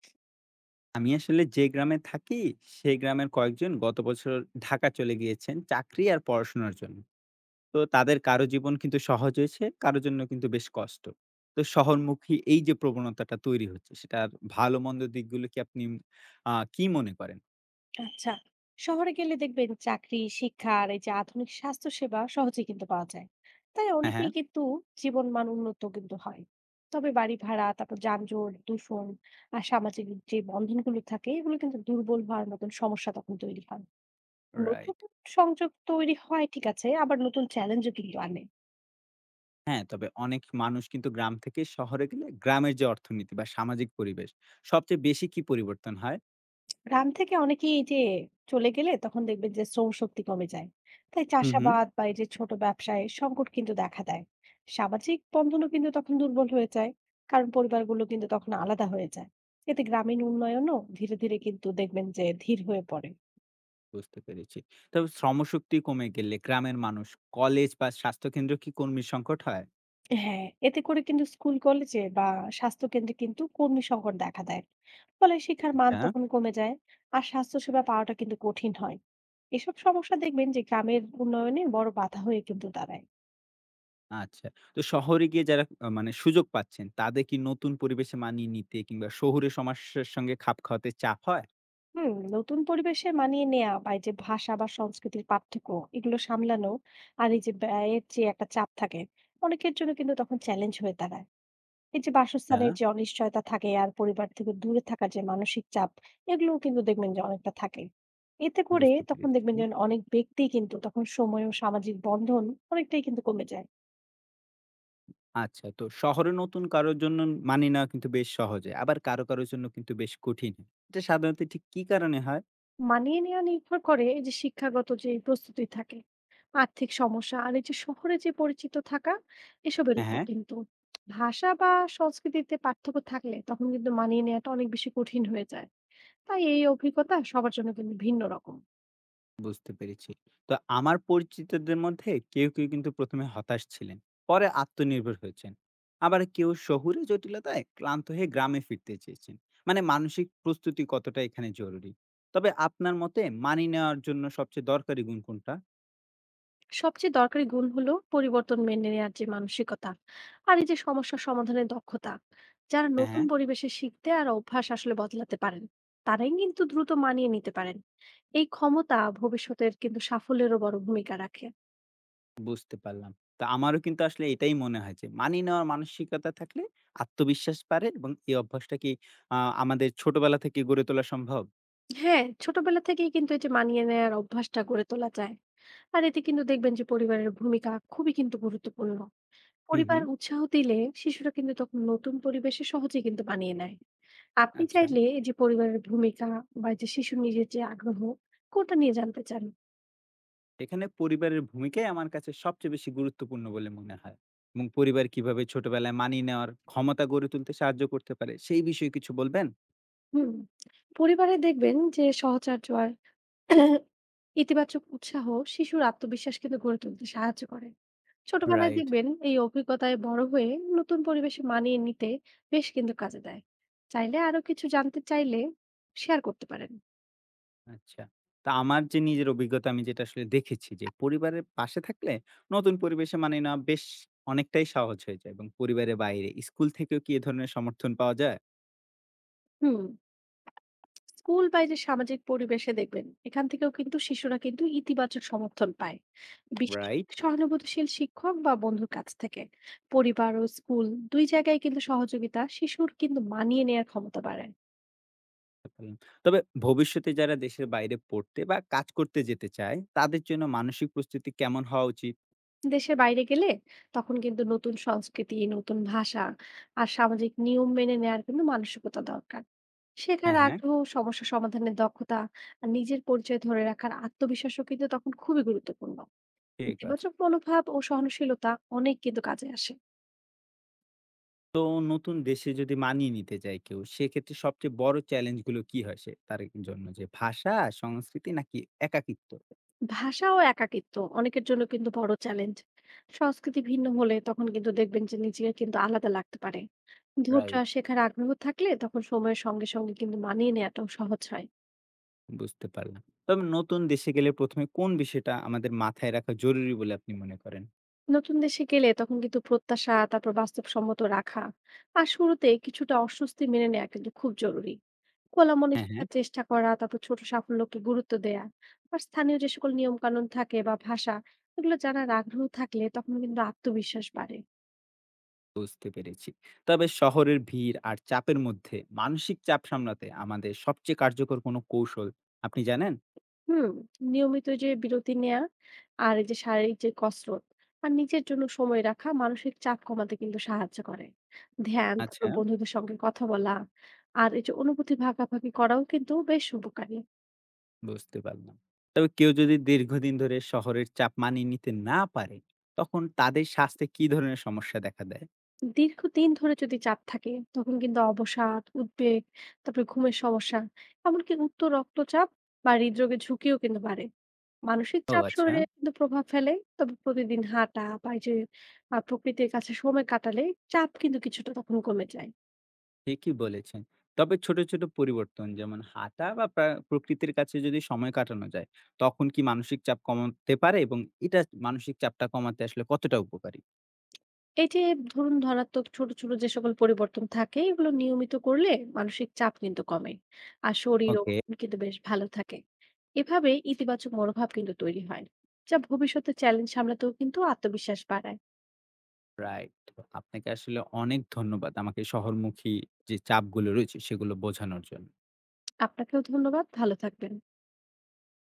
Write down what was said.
আমি আসলে যে গ্রামে থাকি সেই গ্রামের কয়েকজন গত বছর ঢাকা চলে গিয়েছেন চাকরি আর পড়াশোনার জন্য। তো তাদের কারো জীবন কিন্তু সহজ হয়েছে, কারো জন্য কিন্তু বেশ কষ্ট। তো শহরমুখী এই যে প্রবণতাটা তৈরি হচ্ছে, সেটার ভালো মন্দ দিকগুলো কি আপনি কি মনে করেন? আচ্ছা, শহরে গেলে দেখবেন চাকরি, শিক্ষা আর এই যে আধুনিক স্বাস্থ্য সেবা সহজে কিন্তু পাওয়া যায়। তাই হ্যাঁ, হ্যাঁ। অনেকেই কিন্তু জীবন মান উন্নত কিন্তু হয়। তবে বাড়ি ভাড়া, তারপর যানজট, দূষণ আর সামাজিক যে বন্ধনগুলো থাকে এগুলো কিন্তু দুর্বল হওয়ার মতন সমস্যা তখন তৈরি হয়। নতুন রাইট। সংযোগ তৈরি হয় ঠিক আছে, আবার নতুন চ্যালেঞ্জও কিন্তু আনে। হ্যাঁ, তবে অনেক মানুষ কিন্তু গ্রাম থেকে শহরে গেলে গ্রামের যে অর্থনীতি বা সামাজিক পরিবেশ সবচেয়ে বেশি কি পরিবর্তন হয়? গ্রাম থেকে অনেকেই এই যে চলে গেলে তখন দেখবেন যে শ্রম শক্তি কমে যায়। তাই হুম হুম চাষাবাদ বা এই যে ছোট ব্যবসায় সংকট কিন্তু দেখা দেয়। সামাজিক বন্ধনও কিন্তু তখন দুর্বল হয়ে যায়, কারণ পরিবারগুলো কিন্তু তখন আলাদা হয়ে যায়। এতে গ্রামীণ উন্নয়নও ধীরে ধীরে কিন্তু দেখবেন যে ধীর হয়ে পড়ে। বুঝতে পেরেছি। তবে শ্রমশক্তি কমে গেলে গ্রামের মানুষ কলেজ বা স্বাস্থ্যকেন্দ্র কি কর্মীর সংকট হয়? হ্যাঁ, এতে করে কিন্তু স্কুল কলেজে বা স্বাস্থ্য কেন্দ্রে কিন্তু কর্মী সংকট দেখা দেয়। ফলে শিক্ষার মান আচ্ছা। তখন কমে যায়। আর স্বাস্থ্যসেবা পাওয়াটা কিন্তু কঠিন হয়। এসব সমস্যা দেখবেন যে গ্রামের উন্নয়নে বড় বাধা হয়ে কিন্তু দাঁড়ায়। আচ্ছা। তো শহরে গিয়ে যারা মানে সুযোগ পাচ্ছেন তাদের কি নতুন পরিবেশে মানিয়ে নিতে কিংবা শহুরে সমস্যার সঙ্গে খাপ খাওয়াতে চাপ হয়? নতুন পরিবেশে মানিয়ে নেওয়া বা এই যে ভাষা বা সংস্কৃতির পার্থক্য এগুলো সামলানো, আর এই যে ব্যয়ের যে একটা চাপ থাকে, অনেকের জন্য কিন্তু তখন চ্যালেঞ্জ হয়ে দাঁড়ায়। এই যে হ্যাঁ। বাসস্থানের যে অনিশ্চয়তা থাকে আর পরিবার থেকে দূরে থাকার যে মানসিক চাপ, এগুলোও কিন্তু দেখবেন যে অনেকটা থাকে। এতে করে বুঝতে পেরেছি। তখন দেখবেন যে অনেক ব্যক্তি কিন্তু তখন সময় ও সামাজিক বন্ধন অনেকটাই কিন্তু কমে যায়। আচ্ছা, তো শহরে নতুন কারোর জন্য মানিয়ে নেওয়া কিন্তু বেশ সহজে। আবার কারো জন্য কিন্তু বেশ কঠিন। এটা সাধারণত ঠিক কি কারণে হয়? মানিয়ে নেওয়া নির্ভর করে এই যে শিক্ষাগত যে প্রস্তুতি থাকে, আর্থিক সমস্যা আর এই যে শহরে যে পরিচিত থাকা, এসবের হ্যাঁ, উপর হ্যাঁ। কিন্তু। ভাষা বা সংস্কৃতিতে পার্থক্য থাকলে তখন কিন্তু মানিয়ে নেওয়াটা অনেক বেশি কঠিন হয়ে যায়। তাই এই অভিজ্ঞতা সবার জন্য কিন্তু ভিন্ন রকম। বুঝতে পেরেছি। তো আমার পরিচিতদের মধ্যে কেউ কিন্তু ১ম এ হতাশ ছিলেন। পরে আত্মনির্ভর হয়েছেন। আবার কেউ শহুরে জটিলতায় ক্লান্ত হয়ে গ্রামে ফিরতে চেয়েছেন। মানে মানসিক প্রস্তুতি কতটা এখানে জরুরি? তবে আপনার মতে মানিয়ে নেওয়ার জন্য সবচেয়ে দরকারি গুণ কোনটা? সবচেয়ে দরকারি গুণ হলো পরিবর্তন মেনে নেওয়ার যে মানসিকতা আর এই যে সমস্যা সমাধানের দক্ষতা। যারা হ্যাঁ, নতুন হ্যাঁ। পরিবেশে শিখতে আর অভ্যাস আসলে বদলাতে পারেন, তারাই কিন্তু দ্রুত মানিয়ে নিতে পারেন। এই ক্ষমতা ভবিষ্যতের কিন্তু সাফল্যেরও বড় ভূমিকা রাখে। বুঝতে পারলাম। তো আমারও কিন্তু আসলে এটাই মনে হয় যে মানিয়ে নেওয়ার মানসিকতা থাকলে আত্মবিশ্বাস বাড়ে, এবং এই অভ্যাসটা কি আ আমাদের ছোটবেলা থেকে গড়ে তোলা সম্ভব? হ্যাঁ, ছোটবেলা থেকেই কিন্তু এই যে মানিয়ে নেওয়ার অভ্যাসটা গড়ে তোলা যায়। আর এতে কিন্তু দেখবেন যে পরিবারের ভূমিকা খুবই কিন্তু গুরুত্বপূর্ণ। হুম, পরিবার হুম। উৎসাহ দিলে শিশুরা কিন্তু তখন নতুন পরিবেশে সহজে কিন্তু মানিয়ে নেয়। আপনি আচ্ছা। চাইলে এই যে পরিবারের ভূমিকা বা এই যে শিশুর নিজের যে আগ্রহ, কোনটা নিয়ে জানতে চান? এখানে পরিবারের ভূমিকাই আমার কাছে সবচেয়ে বেশি গুরুত্বপূর্ণ বলে মনে হয়, এবং পরিবার কিভাবে ছোটবেলায় মানিয়ে নেওয়ার ক্ষমতা গড়ে তুলতে সাহায্য করতে পারে সেই বিষয়ে কিছু বলবেন? হুম পরিবারে দেখবেন যে সহচর্য আর ইতিবাচক উৎসাহ শিশুর আত্মবিশ্বাস কিন্তু গড়ে তুলতে সাহায্য করে। ছোটবেলায় রাইট। দেখবেন এই অভিজ্ঞতায় বড় হয়ে নতুন পরিবেশে মানিয়ে নিতে বেশ কিন্তু কাজে দেয়। চাইলে আরো কিছু জানতে চাইলে শেয়ার করতে পারেন। আচ্ছা, তা আমার যে নিজের অভিজ্ঞতা, আমি যেটা আসলে দেখেছি যে পরিবারের পাশে থাকলে নতুন পরিবেশে মানিয়ে নেওয়া বেশ অনেকটাই সহজ হয়ে যায়, এবং পরিবারের বাইরে স্কুল থেকেও কি এ ধরনের সমর্থন পাওয়া যায়? হুম স্কুল বা এই যে সামাজিক পরিবেশে দেখবেন এখান থেকেও কিন্তু শিশুরা কিন্তু ইতিবাচক সমর্থন পায়, বিশেষ করে রাইট। সহানুভূতিশীল শিক্ষক বা বন্ধুর কাছ থেকে। পরিবার ও স্কুল দুই জায়গায় কিন্তু সহযোগিতা শিশুর কিন্তু মানিয়ে নেয়ার ক্ষমতা বাড়ায়। হুম। তবে ভবিষ্যতে যারা দেশের বাইরে পড়তে বা কাজ করতে যেতে চায় তাদের জন্য মানসিক প্রস্তুতি কেমন হওয়া উচিত? দেশের বাইরে গেলে তখন কিন্তু নতুন সংস্কৃতি, নতুন ভাষা আর সামাজিক নিয়ম মেনে নেয়ার কিন্তু মানসিকতা দরকার। শেখার হ্যাঁ, হ্যাঁ। আগ্রহ, সমস্যা সমাধানের দক্ষতা আর নিজের পরিচয় ধরে রাখার আত্মবিশ্বাসও কিন্তু তখন খুবই গুরুত্বপূর্ণ। ঠিক আছে। ইতিবাচক মনোভাব ও সহনশীলতা অনেক কিন্তু কাজে আসে। তো নতুন দেশে যদি মানিয়ে নিতে চায় কেউ, সেক্ষেত্রে সবচেয়ে বড় চ্যালেঞ্জ গুলো কি হয় সে তার জন্য? যে ভাষা, সংস্কৃতি নাকি একাকিত্ব? ভাষা ও একাকিত্ব অনেকের জন্য কিন্তু বড় চ্যালেঞ্জ। সংস্কৃতি ভিন্ন হলে তখন কিন্তু দেখবেন যে নিজেকে কিন্তু আলাদা লাগতে পারে। ধৈর্য আর রাইট। শেখার আগ্রহ থাকলে তখন সময়ের সঙ্গে সঙ্গে কিন্তু মানিয়ে নেওয়াটাও সহজ হয়। বুঝতে পারলাম। তবে নতুন দেশে গেলে ১ম এ কোন বিষয়টা আমাদের মাথায় রাখা জরুরি বলে আপনি মনে করেন? নতুন দেশে গেলে তখন কিন্তু প্রত্যাশা তারপর বাস্তবসম্মত রাখা আর শুরুতে কিছুটা অস্বস্তি মেনে নেওয়া কিন্তু খুব জরুরি। খোলা মনে হ্যাঁ, হ্যাঁ। শেখার চেষ্টা করা, তারপর ছোট সাফল্যকে গুরুত্ব দেয়া আর স্থানীয় যে সকল নিয়ম কানুন থাকে বা ভাষা, এগুলো জানার আগ্রহ থাকলে তখন কিন্তু আত্মবিশ্বাস বাড়ে। বুঝতে পেরেছি। তবে শহরের ভিড় আর চাপের মধ্যে মানসিক চাপ সামলাতে আমাদের সবচেয়ে কার্যকর কোনো কৌশল আপনি জানেন? হুম নিয়মিত যে বিরতি নেওয়া আর এই যে শারীরিক যে কসরত আর নিজের জন্য সময় রাখা মানসিক চাপ কমাতে কিন্তু সাহায্য করে। ধ্যান, তারপর আচ্ছা। বন্ধুদের সঙ্গে কথা বলা আর এই যে অনুভূতি ভাগাভাগি করাও কিন্তু বেশ উপকারী। বুঝতে পারলাম। তবে কেউ যদি দীর্ঘদিন ধরে শহরের চাপ মানিয়ে নিতে না পারে, তখন তাদের স্বাস্থ্যে কি ধরনের সমস্যা দেখা দেয়? দীর্ঘদিন ধরে যদি চাপ থাকে তখন কিন্তু অবসাদ, উদ্বেগ, তারপরে ঘুমের সমস্যা, এমনকি উচ্চ রক্তচাপ বা হৃদরোগের ঝুঁকিও কিন্তু বাড়ে। মানসিক ও চাপ আচ্ছা। শরীরে কিন্তু প্রভাব ফেলে। তবে প্রতিদিন হাঁটা বা এই যে প্রকৃতির কাছে সময় কাটালে চাপ কিন্তু কিছুটা তখন কমে যায়। ঠিকই বলেছেন। তবে ছোট ছোট পরিবর্তন যেমন হাঁটা বা প্রকৃতির কাছে যদি সময় কাটানো যায়, তখন কি মানসিক চাপ কমাতে পারে, এবং এটা মানসিক চাপটা কমাতে আসলে কতটা উপকারী? এই যে ধরুন, ধনাত্মক ছোট ছোট যে সকল পরিবর্তন থাকে এগুলো নিয়মিত করলে মানসিক চাপ কিন্তু কমে আর শরীরও ওকে। কিন্তু বেশ ভালো থাকে। এভাবে ইতিবাচক মনোভাব কিন্তু তৈরি হয়, যা ভবিষ্যতে চ্যালেঞ্জ সামলাতেও কিন্তু আত্মবিশ্বাস বাড়ায়। রাইট। আপনাকে আসলে অনেক ধন্যবাদ আমাকে শহরমুখী যে চাপগুলো রয়েছে, সেগুলো বোঝানোর জন্য। আপনাকেও ধন্যবাদ, ভালো থাকবেন।